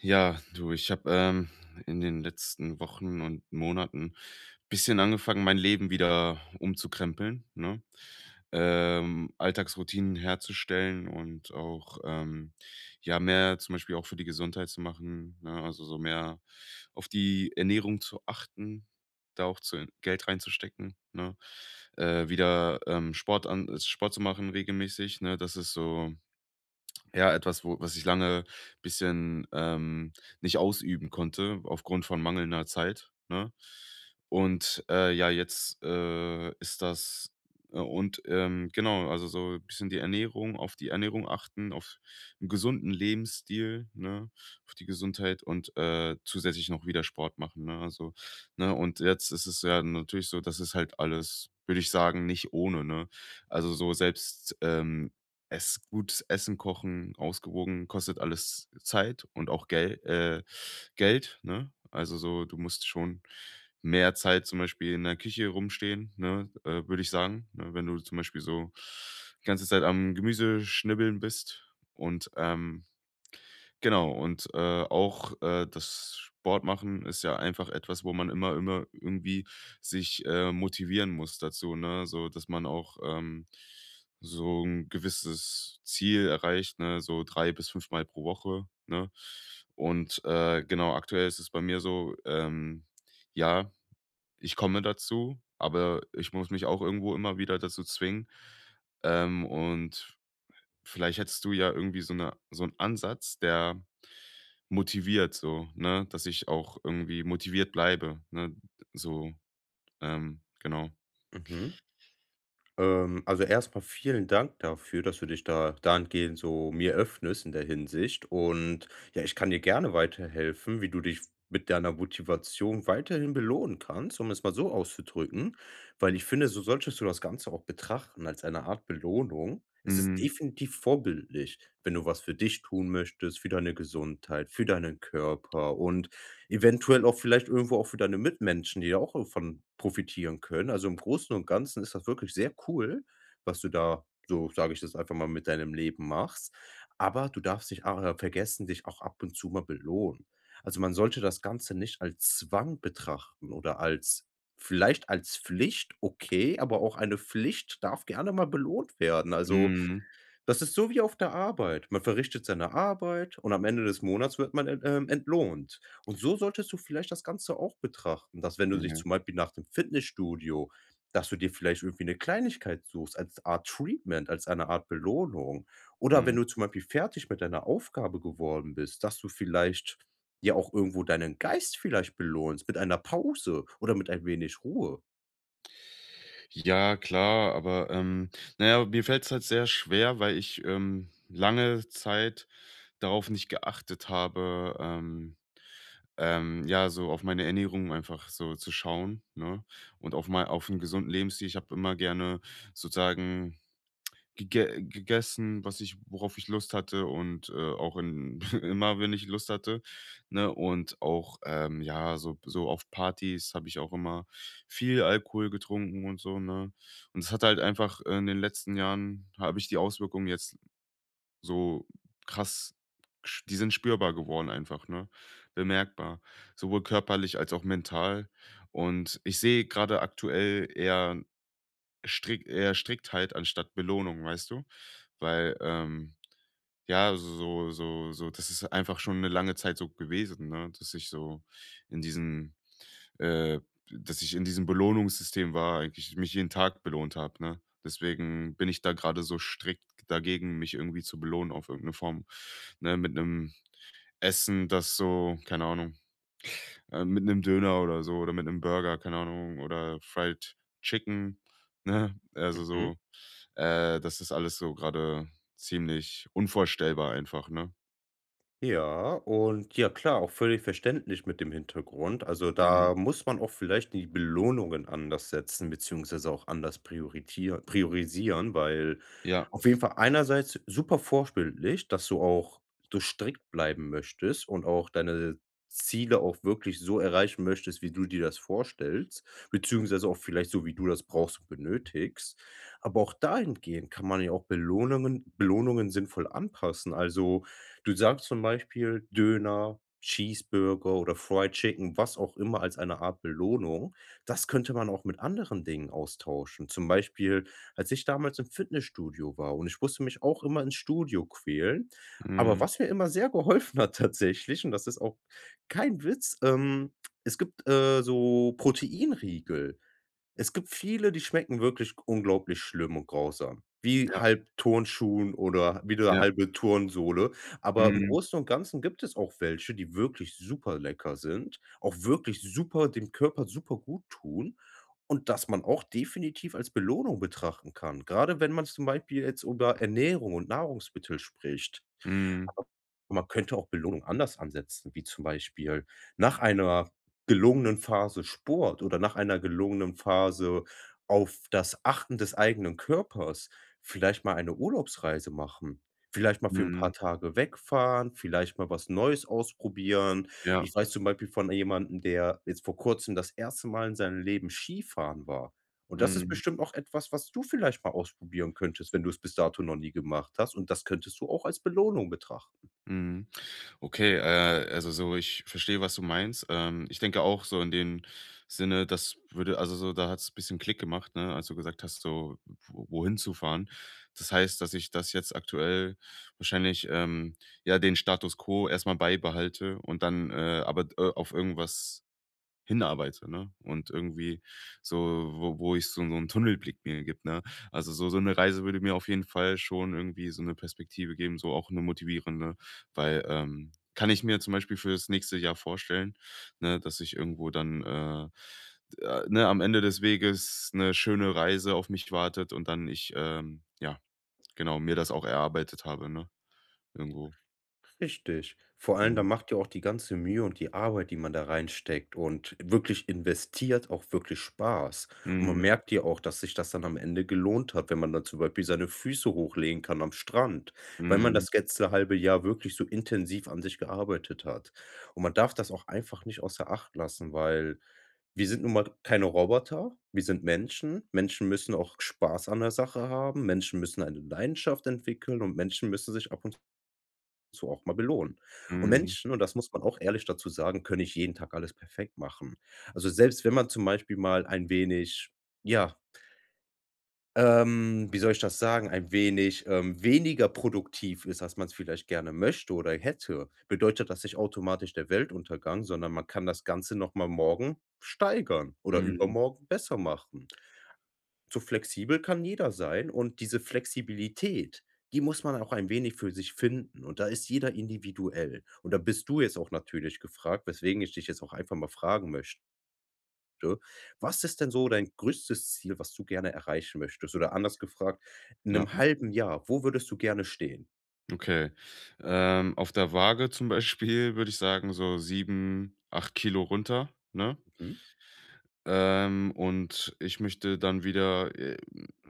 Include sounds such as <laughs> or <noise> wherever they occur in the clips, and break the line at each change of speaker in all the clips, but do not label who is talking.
Ja, du, ich habe in den letzten Wochen und Monaten bisschen angefangen, mein Leben wieder umzukrempeln, ne? Alltagsroutinen herzustellen und auch ja mehr zum Beispiel auch für die Gesundheit zu machen, ne? Also so mehr auf die Ernährung zu achten, da auch zu Geld reinzustecken, ne? Wieder Sport zu machen regelmäßig, ne? Das ist so ja, etwas, wo was ich lange bisschen, nicht ausüben konnte aufgrund von mangelnder Zeit, ne? Ja, jetzt, ist das genau, also so ein bisschen die Ernährung auf die Ernährung achten, auf einen gesunden Lebensstil, ne, auf die Gesundheit und, zusätzlich noch wieder Sport machen, ne? Also, ne und jetzt ist es ja natürlich so, das ist halt alles, würde ich sagen, nicht ohne, ne? Also so selbst, es gut Essen kochen, ausgewogen, kostet alles Zeit und auch Geld, ne? Also, so, du musst schon mehr Zeit zum Beispiel in der Küche rumstehen, ne, würde ich sagen, ne? Wenn du zum Beispiel so die ganze Zeit am Gemüse schnibbeln bist und, genau, und, auch, das Sport machen ist ja einfach etwas, wo man immer irgendwie sich, motivieren muss dazu, ne? So, dass man auch, so ein gewisses Ziel erreicht, ne, so 3 bis fünfmal pro Woche, ne? Und, genau, aktuell ist es bei mir so, ja, ich komme dazu, aber ich muss mich auch irgendwo immer wieder dazu zwingen. Und vielleicht hättest du ja irgendwie so 'n Ansatz, der motiviert so, ne? Dass ich auch irgendwie motiviert bleibe, ne? So, genau.
Mhm. Also erstmal vielen Dank dafür, dass du dich da dahingehend so mir öffnest in der Hinsicht. Und ja, ich kann dir gerne weiterhelfen, wie du dich mit deiner Motivation weiterhin belohnen kannst, um es mal so auszudrücken. Weil ich finde, so solltest du das Ganze auch betrachten als eine Art Belohnung. Es ist
Mhm.
definitiv vorbildlich, wenn du was für dich tun möchtest, für deine Gesundheit, für deinen Körper und eventuell auch vielleicht irgendwo auch für deine Mitmenschen, die da auch von profitieren können. Also, im Großen und Ganzen ist das wirklich sehr cool, was du da, so sage ich das einfach mal, mit deinem Leben machst. Aber du darfst nicht a vergessen, dich auch ab und zu mal belohnen. Also, man sollte das Ganze nicht als Zwang betrachten oder als vielleicht als Pflicht, okay, aber auch eine Pflicht darf gerne mal belohnt werden. Also
Mhm.
das ist so wie auf der Arbeit. Man verrichtet seine Arbeit und am Ende des Monats wird man en entlohnt. Und so solltest du vielleicht das Ganze auch betrachten, dass wenn du dich
Ja.
zum Beispiel nach dem Fitnessstudio dass du dir vielleicht irgendwie eine Kleinigkeit suchst als Art Treatment, als eine Art Belohnung. Oder wenn
Mhm.
du zum Beispiel fertig mit deiner Aufgabe geworden bist, dass du vielleicht ja auch irgendwo deinen Geist vielleicht belohnst mit einer Pause oder mit ein wenig Ruhe.
Ja, klar, aber, na ja, mir fällt's halt sehr schwer, weil ich, lange Zeit darauf nicht geachtet habe, ja, so auf meine Ernährung einfach so zu schauen, ne? Und auf mal auf einen gesunden Lebensstil. Ich habe immer gerne sozusagen gegessen, was ich worauf ich Lust hatte und, auch in <laughs> immer, wenn ich Lust hatte, ne? Und auch, ja, so auf Partys habe ich auch immer viel Alkohol getrunken und so, ne? Und es hat halt einfach in den letzten Jahren habe ich die Auswirkungen jetzt so krass sch die sind spürbar geworden einfach, ne? Bemerkbar, sowohl körperlich als auch mental. Und ich sehe gerade aktuell eher Strick eher Striktheit anstatt Belohnung, weißt du? Weil, ja, so, das ist einfach schon eine lange Zeit so gewesen, ne, dass ich so in diesem äh, in diesem Belohnungssystem war, eigentlich mich jeden Tag belohnt habe, ne? Deswegen bin ich da gerade so strikt dagegen, mich irgendwie zu belohnen auf irgendeine Form, ne, mit einem Essen, das so keine Ahnung mit 'nem Döner oder so oder mit 'nem Burger, keine Ahnung, oder Fried Chicken, ne? Also,
Mhm.
so, das ist alles so gerade ziemlich unvorstellbar einfach, ne?
Ja, und ja klar, auch völlig verständlich mit dem Hintergrund. Also
Mhm.
da muss man auch vielleicht die Belohnungen anders setzen, beziehungsweise auch anders prioritier priorisieren, weil
Ja.
auf jeden Fall einerseits super vorbildlich, dass du auch so strikt bleiben möchtest und auch deine Ziele auch wirklich so erreichen möchtest, wie du dir das vorstellst, beziehungsweise auch vielleicht so, wie du das brauchst und benötigst. Aber auch dahingehend kann man ja auch Belohnungen sinnvoll anpassen. Also du sagst zum Beispiel Döner, Cheeseburger oder Fried Chicken, was auch immer als eine Art Belohnung. Das könnte man auch mit anderen Dingen austauschen. Zum Beispiel, als ich damals im Fitnessstudio war und ich musste mich auch immer ins Studio quälen. Aber
Mhm.
was mir immer sehr geholfen hat tatsächlich, und das ist auch kein Witz, es gibt, so Proteinriegel. Es gibt viele, die schmecken wirklich unglaublich schlimm und grausam, wie
Ja,
halb Turnschuhen oder wie 'ne
ja.
halbe Turnsohle. Aber im
Mhm.
Großen und Ganzen gibt es auch welche, die wirklich super lecker sind, auch wirklich super dem Körper super gut tun und das man auch definitiv als Belohnung betrachten kann, grade wenn man zum Beispiel jetzt über Ernährung und Nahrungsmittel spricht.
Mhm.
Aber man könnte auch Belohnung anders ansetzen, wie zum Beispiel nach einer gelungenen Phase Sport oder nach einer gelungenen Phase auf das Achten des eigenen Körpers vielleicht mal eine Urlaubsreise machen. Vielleicht mal für 'n
Mhm.
paar Tage wegfahren, vielleicht mal was Neues ausprobieren.
Ja.
Ich weiß zum Beispiel von jemandem, der jetzt vor Kurzem das erste Mal in seinem Leben Skifahren war. Und das ist
Mhm.
bestimmt auch etwas, was du vielleicht mal ausprobieren könntest, wenn du's bis dato noch nie gemacht hast. Und das könntest du auch als Belohnung betrachten.
Mhm. Okay, also so, ich verstehe, was du meinst. Ich denke auch so in dem Sinne, das würde, also so, da hat es ein bisschen Klick gemacht, ne, als du gesagt hast, so, wohin zu fahren. Das heißt, dass ich das jetzt aktuell wahrscheinlich, ja, den Status quo erstmal beibehalte und dann aber auf irgendwas hinarbeite, ne? Und irgendwie so, wo ich so einen Tunnelblick mir gibt, ne? Also, so so eine Reise würde mir auf jeden Fall schon irgendwie so eine Perspektive geben, so auch eine motivierende, weil, kann ich mir zum Beispiel für das nächste Jahr vorstellen, ne, dass ich irgendwo dann, d ne, am Ende des Weges eine schöne Reise auf mich wartet und dann ich, ja, genau, mir das auch erarbeitet habe, ne, irgendwo.
Richtig. Vor allem, da
Mhm.
macht ja auch die ganze Mühe und die Arbeit, die man da reinsteckt und wirklich investiert, auch wirklich Spaß. Und man
Mhm.
merkt ja auch, dass sich das dann am Ende gelohnt hat, wenn man dann zum Beispiel seine Füße hochlegen kann am Strand, weil man
Mhm.
das letzte halbe Jahr wirklich so intensiv an sich gearbeitet hat. Und man darf das auch einfach nicht außer Acht lassen, weil wir sind nun mal keine Roboter, wir sind Menschen. Menschen müssen auch Spaß an der Sache haben, Menschen müssen eine Leidenschaft entwickeln und Menschen müssen sich ab und zu auch mal belohnen. Und
Mhm.
Menschen, und das muss man auch ehrlich dazu sagen, können nicht jeden Tag alles perfekt machen. Also, selbst wenn man zum Beispiel mal ein wenig, ja, wie soll ich das sagen, ein wenig, weniger produktiv ist, als man es vielleicht gerne möchte oder hätte, bedeutet das nicht automatisch der Weltuntergang, sondern man kann das Ganze noch mal morgen steigern oder
Mhm.
übermorgen besser machen. So flexibel kann jeder sein und diese Flexibilität, die muss man auch ein wenig für sich finden und da ist jeder individuell. Und da bist du jetzt auch natürlich gefragt, weswegen ich dich jetzt auch einfach mal fragen möchte: Was ist denn so dein größtes Ziel, was du gerne erreichen möchtest? Oder anders gefragt, in
Ja.
einem halben Jahr, wo würdest du gerne stehen?
Okay. Auf der Waage zum Beispiel würde ich sagen, so 7, 8 Kilo runter, ne?
Mhm.
Und ich möchte dann wieder,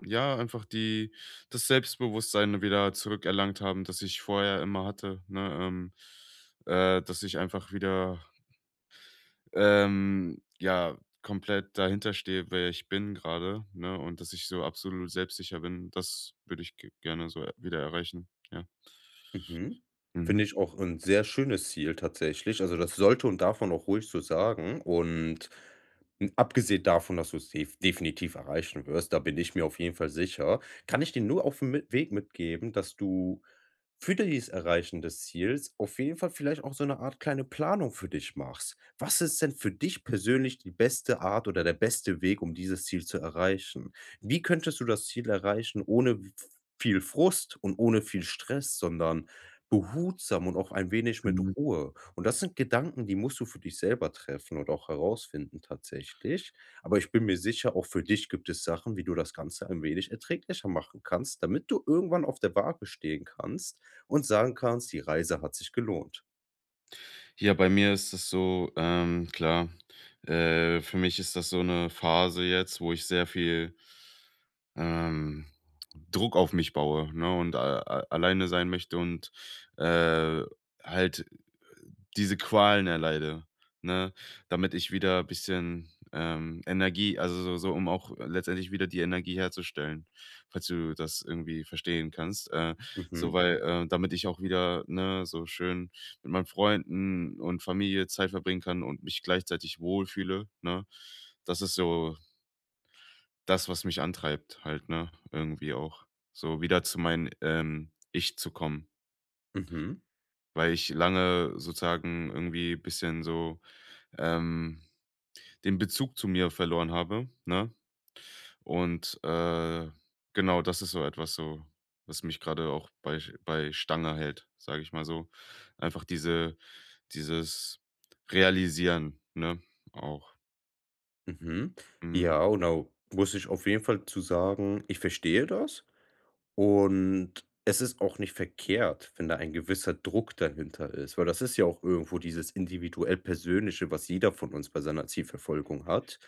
ja, einfach die das Selbstbewusstsein wieder zurückerlangt haben, das ich vorher immer hatte, ne? Dass ich einfach wieder, ja, komplett dahinter stehe, wer ich bin gerade, ne? Und dass ich so absolut selbstsicher bin, das würde ich g gerne so wieder erreichen, ja.
Mhm.
Mhm.
Finde ich auch ein sehr schönes Ziel tatsächlich. Also, das sollte und darf man auch ruhig so sagen und, abgesehen davon, dass du's definitiv erreichen wirst, da bin ich mir auf jeden Fall sicher, kann ich dir nur aufm mit Weg mitgeben, dass du für dieses Erreichen des Ziels auf jeden Fall vielleicht auch so eine Art kleine Planung für dich machst. Was ist denn für dich persönlich die beste Art oder der beste Weg, um dieses Ziel zu erreichen? Wie könntest du das Ziel erreichen ohne v viel Frust und ohne viel Stress, sondern behutsam und auch ein wenig mit Ruhe. Und das sind Gedanken, die musst du für dich selber treffen und auch herausfinden tatsächlich. Aber ich bin mir sicher, auch für dich gibt es Sachen, wie du das Ganze ein wenig erträglicher machen kannst, damit du irgendwann auf der Waage stehen kannst und sagen kannst: „Die Reise hat sich gelohnt.“
Ja, bei mir ist es so, klar, für mich ist das so eine Phase jetzt, wo ich sehr viel, ähm, Druck auf mich baue, ne, und a a alleine sein möchte und, äh, halt diese Qualen erleide, ne? Damit ich wieder ein bisschen, Energie also, so so, um auch letztendlich wieder die Energie herzustellen, falls du das irgendwie verstehen kannst. So,
Mhm,
weil, damit ich auch wieder, ne, so schön mit meinen Freunden und Familie Zeit verbringen kann und mich gleichzeitig wohlfühle, ne? Das ist so das, was mich antreibt halt, ne, irgendwie auch. So wieder zu meinem, Ich zu kommen,
mhm,
weil ich lange sozusagen irgendwie ein bisschen so ähm, den Bezug zu mir verloren habe, ne? Und, genau, das ist so etwas so, was mich gerade auch bei Stange hält, sage ich mal so. Einfach diese dieses Realisieren, ne, auch.
mhm.
Mhm.
Ja, und da muss ich auf jeden Fall zu sagen, ich verstehe das. Und es ist auch nicht verkehrt, wenn da ein gewisser Druck dahinter ist, weil das ist ja auch irgendwo dieses individuell Persönliche, was jeder von uns bei seiner Zielverfolgung hat.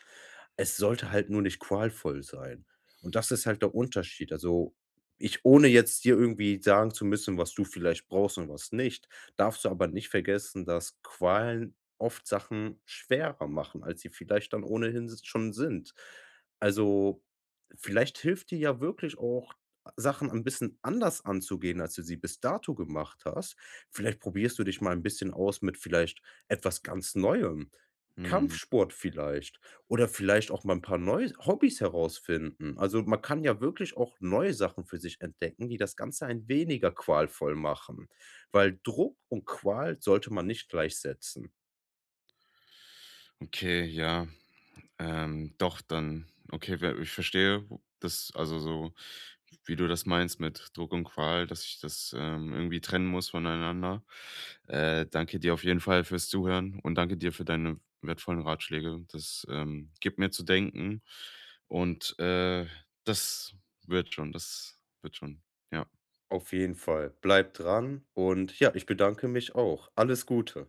Es sollte halt nur nicht qualvoll sein. Und das ist halt der Unterschied. Also, ich ohne jetzt dir irgendwie sagen zu müssen, was du vielleicht brauchst und was nicht, darfst du aber nicht vergessen, dass Qualen oft Sachen schwerer machen, als sie vielleicht dann ohnehin schon sind. Also, vielleicht hilft dir ja wirklich auch Sachen ein bisschen anders anzugehen, als du sie bis dato gemacht hast. Vielleicht probierst du dich mal ein bisschen aus mit vielleicht etwas ganz Neuem.
Mhm.
Kampfsport vielleicht oder vielleicht auch mal ein paar neue Hobbys herausfinden. Also man kann ja wirklich auch neue Sachen für sich entdecken, die das Ganze ein weniger qualvoll machen, weil Druck und Qual sollte man nicht gleichsetzen.
Okay, ja. Doch, dann okay, we ich verstehe das also so, wie du das meinst mit Druck und Qual, dass ich das, irgendwie trennen muss voneinander. Danke dir auf jeden Fall fürs Zuhören und danke dir für deine wertvollen Ratschläge. Das, gibt mir zu denken und, das das wird schon, ja.
Auf jeden Fall, bleib dran und ja, ich bedanke mich auch. Alles Gute.